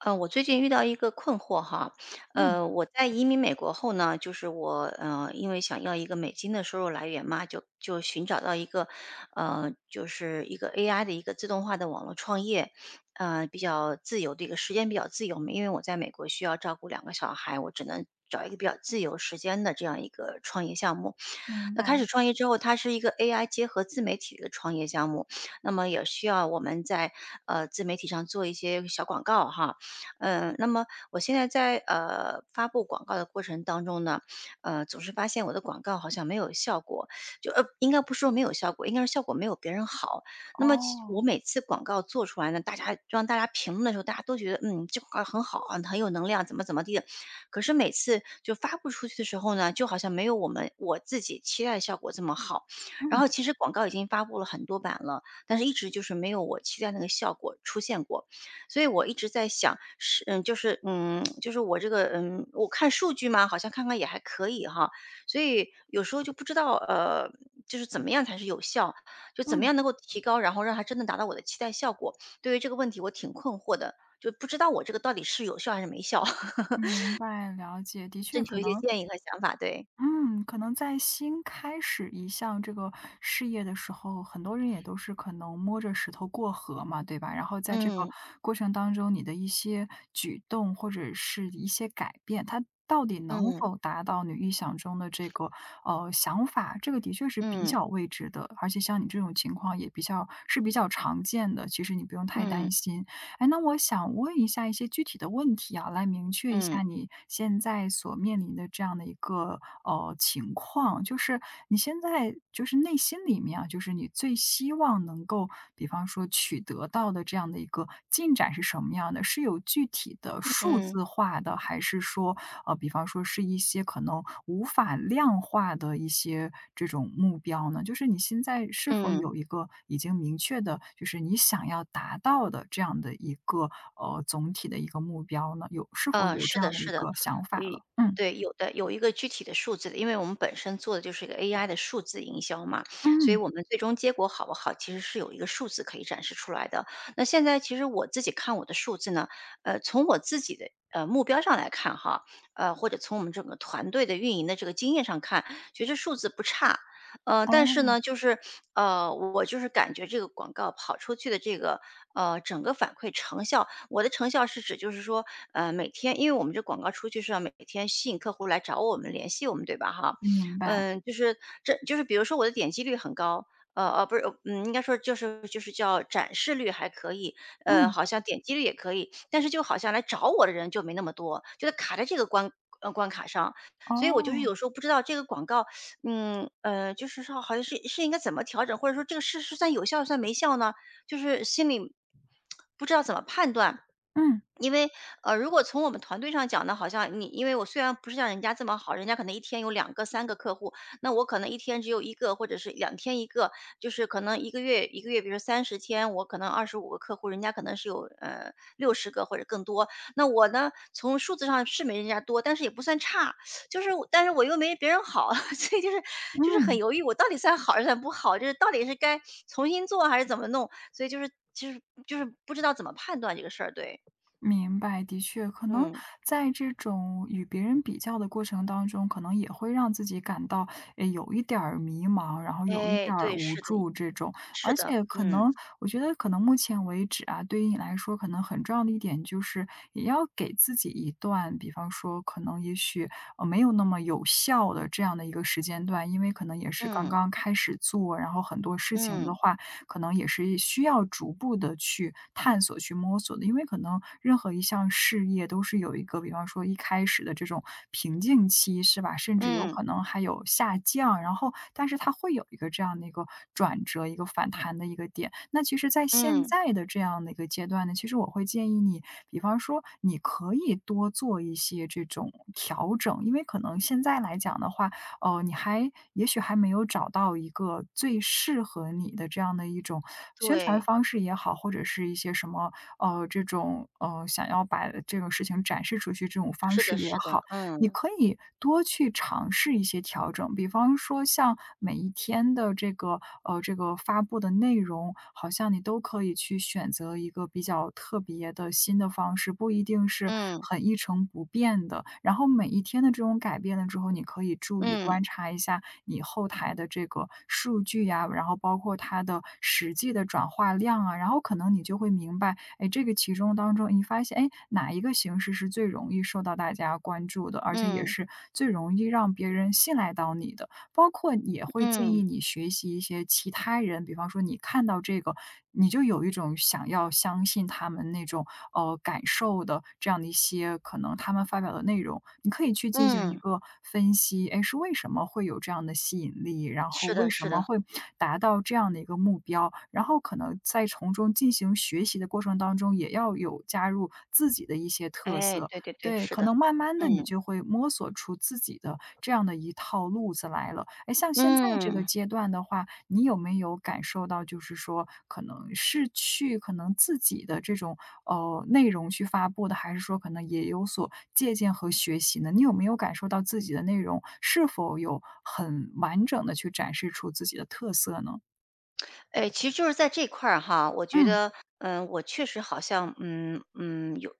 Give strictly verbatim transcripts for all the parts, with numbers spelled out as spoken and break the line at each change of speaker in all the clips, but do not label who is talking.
呃，我最近遇到一个困惑哈。
嗯，
呃，我在移民美国后呢，就是我呃，因为想要一个美金的收入来源嘛，就就寻找到一个，呃，就是一个 A I 的一个自动化的网络创业，呃，比较自由的一个时间比较自由嘛，因为我在美国需要照顾两个小孩，我只能找一个比较自由时间的这样一个创业项目。
明
那开
白。
始创业之后，它是一个 A I 结合自媒体的创业项目，那么也需要我们在呃自媒体上做一些小广告哈。嗯、那么我现在在呃发布广告的过程当中呢，呃总是发现我的广告好像没有效果。就呃应该不是说没有效果，应该是效果没有别人好。那么其我
哦，
每次广告做出来呢，大家让大家评论的时候，大家都觉得嗯这广告很好啊，很有能量，怎么怎么地的。可是每次就发布出去的时候呢，就好像没有我们我自己期待的效果这么好。然
嗯
后其实广告已经发布了很多版了，但是一直就是没有我期待那个效果出现过。所以我一直在想，是嗯，就是嗯，就是我这个嗯，我看数据嘛，好像看看也还可以哈。所以有时候就不知道呃，就是怎么样才是有效，就怎么
嗯，
样能够提高，然后让它真的达到我的期待效果。对于这个问题，我挺困惑的，就不知道我这个到底是有效还是没效。
明白，了解。的
征
确，可
求一些
能，
建议和想法，对。
嗯，可能在新开始一项这个事业的时候，很多人也都是可能摸着石头过河嘛，对吧？然后在这个
嗯，
过程当中，你的一些举动或者是一些改变，它到底能
嗯，
否达到你预想中的这个呃想法，这个的确是比
嗯，
较未知的。而且像你这种情况也比较是比较常见的，其实你不用太
嗯，
担心。哎，那我想问一下一些具体的问题啊，来明确一
嗯，
下你现在所面临的这样的一个呃情况，就是你现在就是内心里面啊，就是你最希望能够，比方说取得到的这样的一个进展是什么样的？是有具体的数数
嗯，
字化的，还是说，呃，比方说是一些可能无法量化的一些这种目标呢？就是你现在是否
嗯，
有一个已经明确的，就是你想要达到的这样的一个呃总体的一个目标呢？有是否
呃，
有
是
这
的
样的
是
一
的。
个想法
嗯，
了？嗯
对，有的有一个具体的数字的，因为我们本身做的就是一个 A I 的数字营销嘛，所以
嗯，
我们最终结果好不好，其实是有一个数字可以展示出来的。那现在其实我自己看我的数字呢，呃，从我自己的，呃，目标上来看哈，呃，或者从我们整个团队的运营的这个经验上看，其实数字不差。呃，但是
哦，
呢，就是呃，我就是感觉这个广告跑出去的这个呃，整个反馈成效，我的成效是指就是说，呃，每天，因为我们这广告出去是要每天吸引客户来找我们联系我们，对吧？哈。
明白，
嗯，就是这就是比如说我的点击率很高。呃呃，不是，嗯，应该说就是就是叫展示率还可以，呃，
嗯，
好像点击率也可以，但是就好像来找我的人就没那么多，就是卡在这个关呃关卡上。所以我就是
哦，
有时候不知道这个广告嗯，呃，就是说好像是是应该怎么调整，或者说这个事是算有效算没效呢？就是心里不知道怎么判断。
嗯
因为，呃，如果从我们团队上讲呢，好像你因为我虽然不是像人家这么好，人家可能一天有两个、三个客户，那我可能一天只有一个或者是两天一个，就是可能一个月一个月，比如说三十天，我可能二十五个客户，人家可能是有，呃六十个或者更多。那我呢，从数字上是没人家多，但是也不算差。就是我但是我又没别人好，所以就是就是很
嗯。
犹豫，我到底算好还是算不好，就是到底是该重新做还是怎么弄，所以就是就是就是不知道怎么判断这个事儿，对。
明白，的确，可能
嗯，
在这种与别人比较的过程当中，可能也会让自己感到，诶，有一点儿迷茫，然后有一
哎，
点儿
对，
无
是的，
助这种。
是
而
的。
且可
嗯
能，我觉得可能目前为止啊，对于你来说，可能很重要的一点就是，也要给自己一段，比方说，可能也许呃没有那么有效的这样的一个时间段，因为可能也 是刚
嗯，
刚开始做，然后很多事情的
嗯，
话，可能也是需要逐步的去探索、去摸索的。因为可能任何一项事业都是有一个，比方说一开始的这种瓶颈期，是吧？甚至有
嗯，
可能还有下降，然后但是它会有一个这样的一个转折、一个反弹的一个点。那其实在现
嗯，
在的这样的一个阶段呢，其实我会建议你，比方说你可以多做一些这种调整，因为可能现在来讲的话，呃，你还也许还没有找到一个最适合你的这样的一种宣传
对，
方式也好，或者是一些什么，呃，这种，呃，想要把这个事情展示出去这种方
是的，
式也
是的。
好。你
嗯，
可以多去尝试一些调整，比方说像每一天的这个呃这个发布的内容，好像你都可以去选择一个比较特别的新的方式，不一定是
嗯，
很一成不变的。然后每一天的这种改变了之后，你可以注意
嗯，
观察一下你后台的这个数据呀、然后包括它的实际的转化量啊，然后可能你就会明白哎，这个其中当中，你发现，哎，哪一个形式是最容易受到大家关注的，而且也
嗯，
是最容易让别人信赖到你的？包括也会建议
嗯，
你学习一些其他人，比方说你看到这个，你就有一种想要相信他们那种呃感受的这样的一些可能他们发表的内容，你可以去进行一
嗯，
个分析，哎，是为什么会有这样的吸引力，然后
是
为
的，
什
是的。
么会达到这样的一个目标，然后可能在从中进行学习的过程当中，也要有加入自己的一些特
哎，
色，
对对对，
对，
是
可
的。
能慢慢的你
嗯，
就会摸索出自己的这样的一套路子来了。哎，像现在这个
嗯。
阶段的话，你有没有感受到就是说可能是去可能自己的这种，呃，内容去发布的，还是说可能也有所借鉴和学习呢？你有没有感受到自己的内容是否有很完整的去展示出自己的特色呢？
哎，其实就是在这块儿哈，我觉
嗯，
得，嗯，我确实好像，嗯嗯，有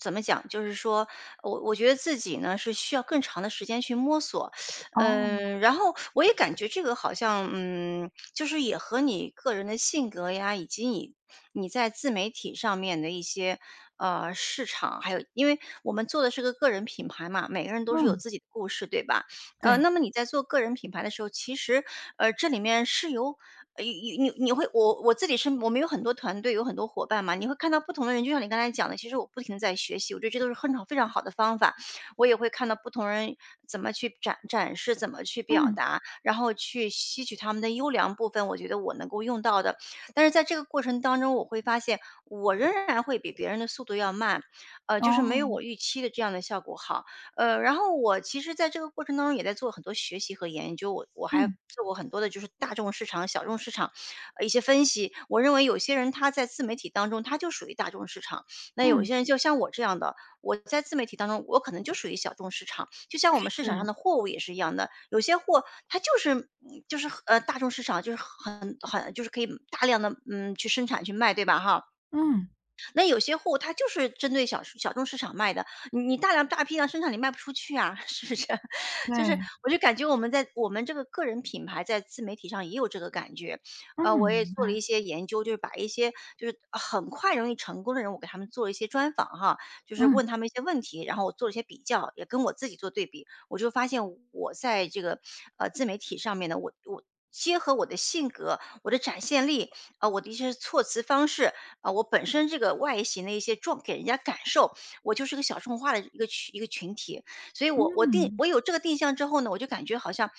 怎么讲，就是说我我觉得自己呢是需要更长的时间去摸索。
哦，
嗯，然后我也感觉这个好像，嗯，就是也和你个人的性格呀，以及你你在自媒体上面的一些呃市场，还有因为我们做的是个个人品牌嘛，每个人都是有
嗯，
自己的故事，对吧？呃，
对，
那么你在做个人品牌的时候，其实呃这里面是有呃，你你你会我我自己是，我们有很多团队，有很多伙伴嘛，你会看到不同的人，就像你刚才讲的，其实我不停地在学习，我觉得这都是很好非常好的方法。我也会看到不同人怎么去展展示，怎么去表
嗯，
达，然后去吸取他们的优良部分，我觉得我能够用到的。但是在这个过程当中，我会发现我仍然会比别人的速度要慢，呃，就是没有
哦，
我预期的这样的效果好。呃，然后我其实在这个过程当中也在做很多学习和研究，我我还
嗯，
做过很多的就是大众市场、小众市场，呃，一些分析。我认为有些人他在自媒体当中他就属于大众市场，那有
嗯，
些人就像我这样的，我在自媒体当中我可能就属于小众市场。就像我们市场上
是，
的货物也是一样的，有些货它就是嗯就是呃大众市场就是很很就是可以大量的嗯去生产去卖，对吧哈？
嗯，
那有些货它就是针对小小众市场卖的，你你大量大批量生产你卖不出去啊，是不是？就是
对。
我就感觉我们在我们这个个人品牌在自媒体上也有这个感觉。呃，
嗯，
我也
明
做了一
白。
些研究，就是把一些就是很快容易成功的人，我给他们做了一些专访哈，就是
嗯，
问他们一些问题，然后我做了一些比较，也跟我自己做对比，我就发现我在这个呃自媒体上面呢，我我结合我的性格、我的展现力，呃，我的一些措辞方式，啊，我本身这个外形的一些状给人家感受，我就是个小众化的一个群一个群体，所以我我定
嗯，
我有这个定向之后呢，我就感觉好像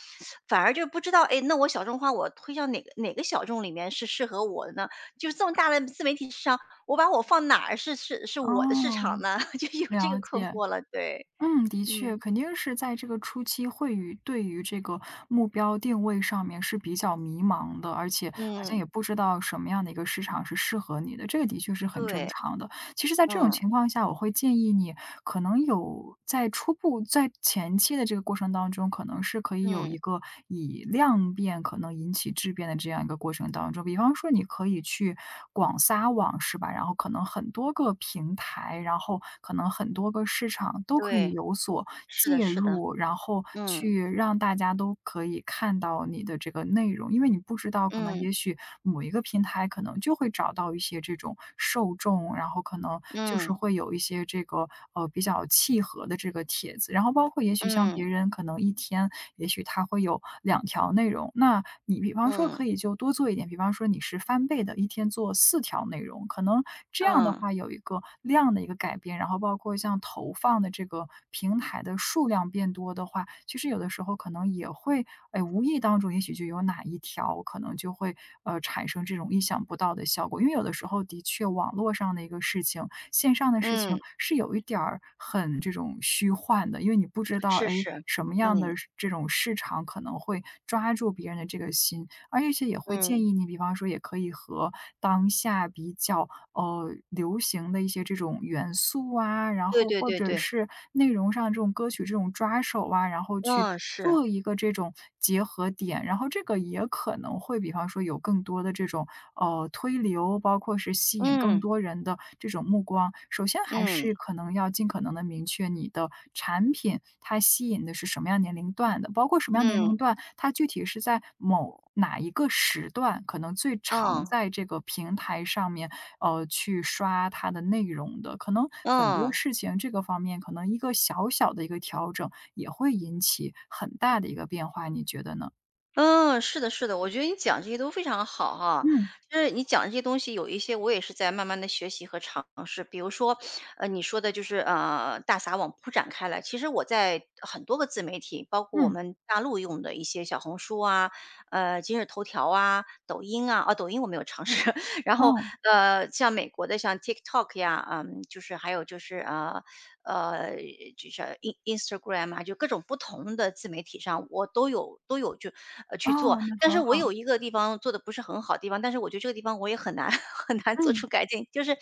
反而就不知道，哎，那我小众化我推向哪个哪个小众里面是适合我的呢？就是这么大的自媒体市场，我把我放哪儿是是是我的市场
哦，
呢？就有这个
了
困
解。
惑了，对。
嗯，的确，
嗯
肯定是在这个初期会与对于这个目标定位上面是比较迷茫的，而且好像
嗯，
也不知道什么样的一个市场是适合你的，这个的确是很正
对。
常的。其实在这种
嗯
情况下，我会建议你可能有在初步在前期的这个过程当中，可能是可以有
嗯，
一个以量变可能引起质变的这样一个过程当中。比方说你可以去广撒网，是吧？然后可能很多个平台，然后可能很多个市场都可以
对，
有所
是的，
介
是的。
入，然后
嗯
去让大家都可以看到你的这个内容。因为你不知道，可能
嗯
也许某一个平台可能就会找到一些这种受众，然后可能就是
嗯
会有一些这个呃比较契合的这个帖子，然后包括也许像别
嗯
人可能一天，也许他会有两条内容，那你比方说
嗯
可以就多做一点，比方说你是翻倍的，一天做四条内容，可能这样。这样的
嗯
话有一个量的一个改变，然后包括像投放的这个平台的数量变多的话，其实有的时候可能也会，哎，无意当中也许就有哪一条可能就会，呃，产生这种意想不到的效果。因为有的时候的确网络上的一个事情，线上的事情
嗯。
是有一点儿很这种虚幻的，因为你不知道，
是
哎，
是。
什么样
嗯
的是这种市场可能会抓住别人的这个心，而且也会建
嗯，
议你，比方说也可以和当下比较呃，流行的一些这种元素啊，然
对
后
对
或
对
者
对。
是内容上这种歌曲这种抓手啊，然后去
嗯，是。
做一个这种结合点。然后这个也可能会比方说有更多的这种，呃，推流，包括是吸引更
嗯
多人的这种目光。首先还是
嗯
可能要尽可能的明确你的产品，它吸引的是什么样年龄段的，包括什么样年
嗯
龄段，它具体是在某哪一个时段，可能最常
嗯
在这个平台上面呃，去刷它的内容的。可能很多
嗯。
事情这个方面，可能一个小小的一个调整，也会引起很大的一个变化，你觉得呢？
嗯，是的，是的，我觉得你讲这些都非常好哈。
嗯，
就是你讲这些东西，有一些我也是在慢慢的学习和尝试。比如说，呃，你说的就是呃大撒网铺展开来。其实我在很多个自媒体，包括我
嗯，
们大陆用的一些小红书啊、呃今日头条啊、抖音啊，啊抖音我没有尝试。然后
哦，
呃，像美国的像 TikTok 呀，嗯，就是还有就是呃呃，就像 In Instagram 啊，就各种不同的自媒体上，我都有都有就呃，
哦，
去做。
那
但是
很
我
好。
有一个地方做的不是很好的地方，但是我觉得这个地方我也很难 很难做
嗯，
出改进。就是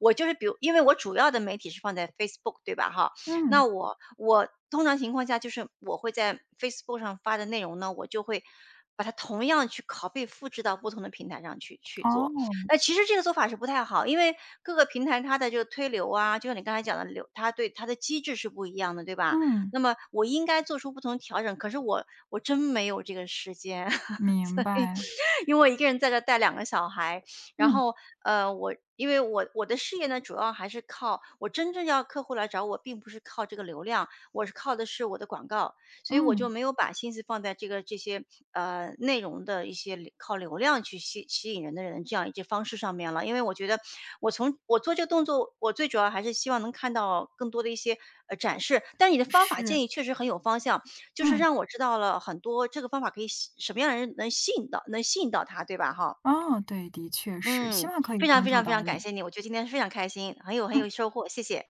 我就是比如因为我主要的媒体是放在 Facebook 对吧哈，那
嗯，
我我通常情况下就是我会在 Facebook 上发的内容呢，我就会把它同样去拷贝复制到不同的平台上去去
哦，
做。呃，其实这个做法是不太好，因为各个平台它的这个推流啊，就像你刚才讲的流，它对它的机制是不一样的，对吧？
嗯，
那么我应该做出不同调整，可是我我真没有这个时间，
明
所以
白。
因为我一个人在这带两个小孩。然
嗯，
后呃，我因为我我的事业呢，主要还是靠我真正要客户来找我，并不是靠这个流量，我是靠的是我的广告，所以我就
嗯，
没有把心思放在这个这些呃内容的一些流靠流量去吸吸引人的人这样一些方式上面了。因为我觉得我从我做这个动作，我最主要还是希望能看到更多的一些呃展示。但你的方法
是，
建议确实很有方向，就是
嗯，
让我知道了很多这个方法可以吸什么样的人能吸引到，能吸引到他，对吧？哈。
哦，对，的确是，希
嗯，
望可以
非常
帮
非
助
常非
到
常感
你。
谢你，我觉得今天非常开心，很有很
嗯。
有收获，谢谢。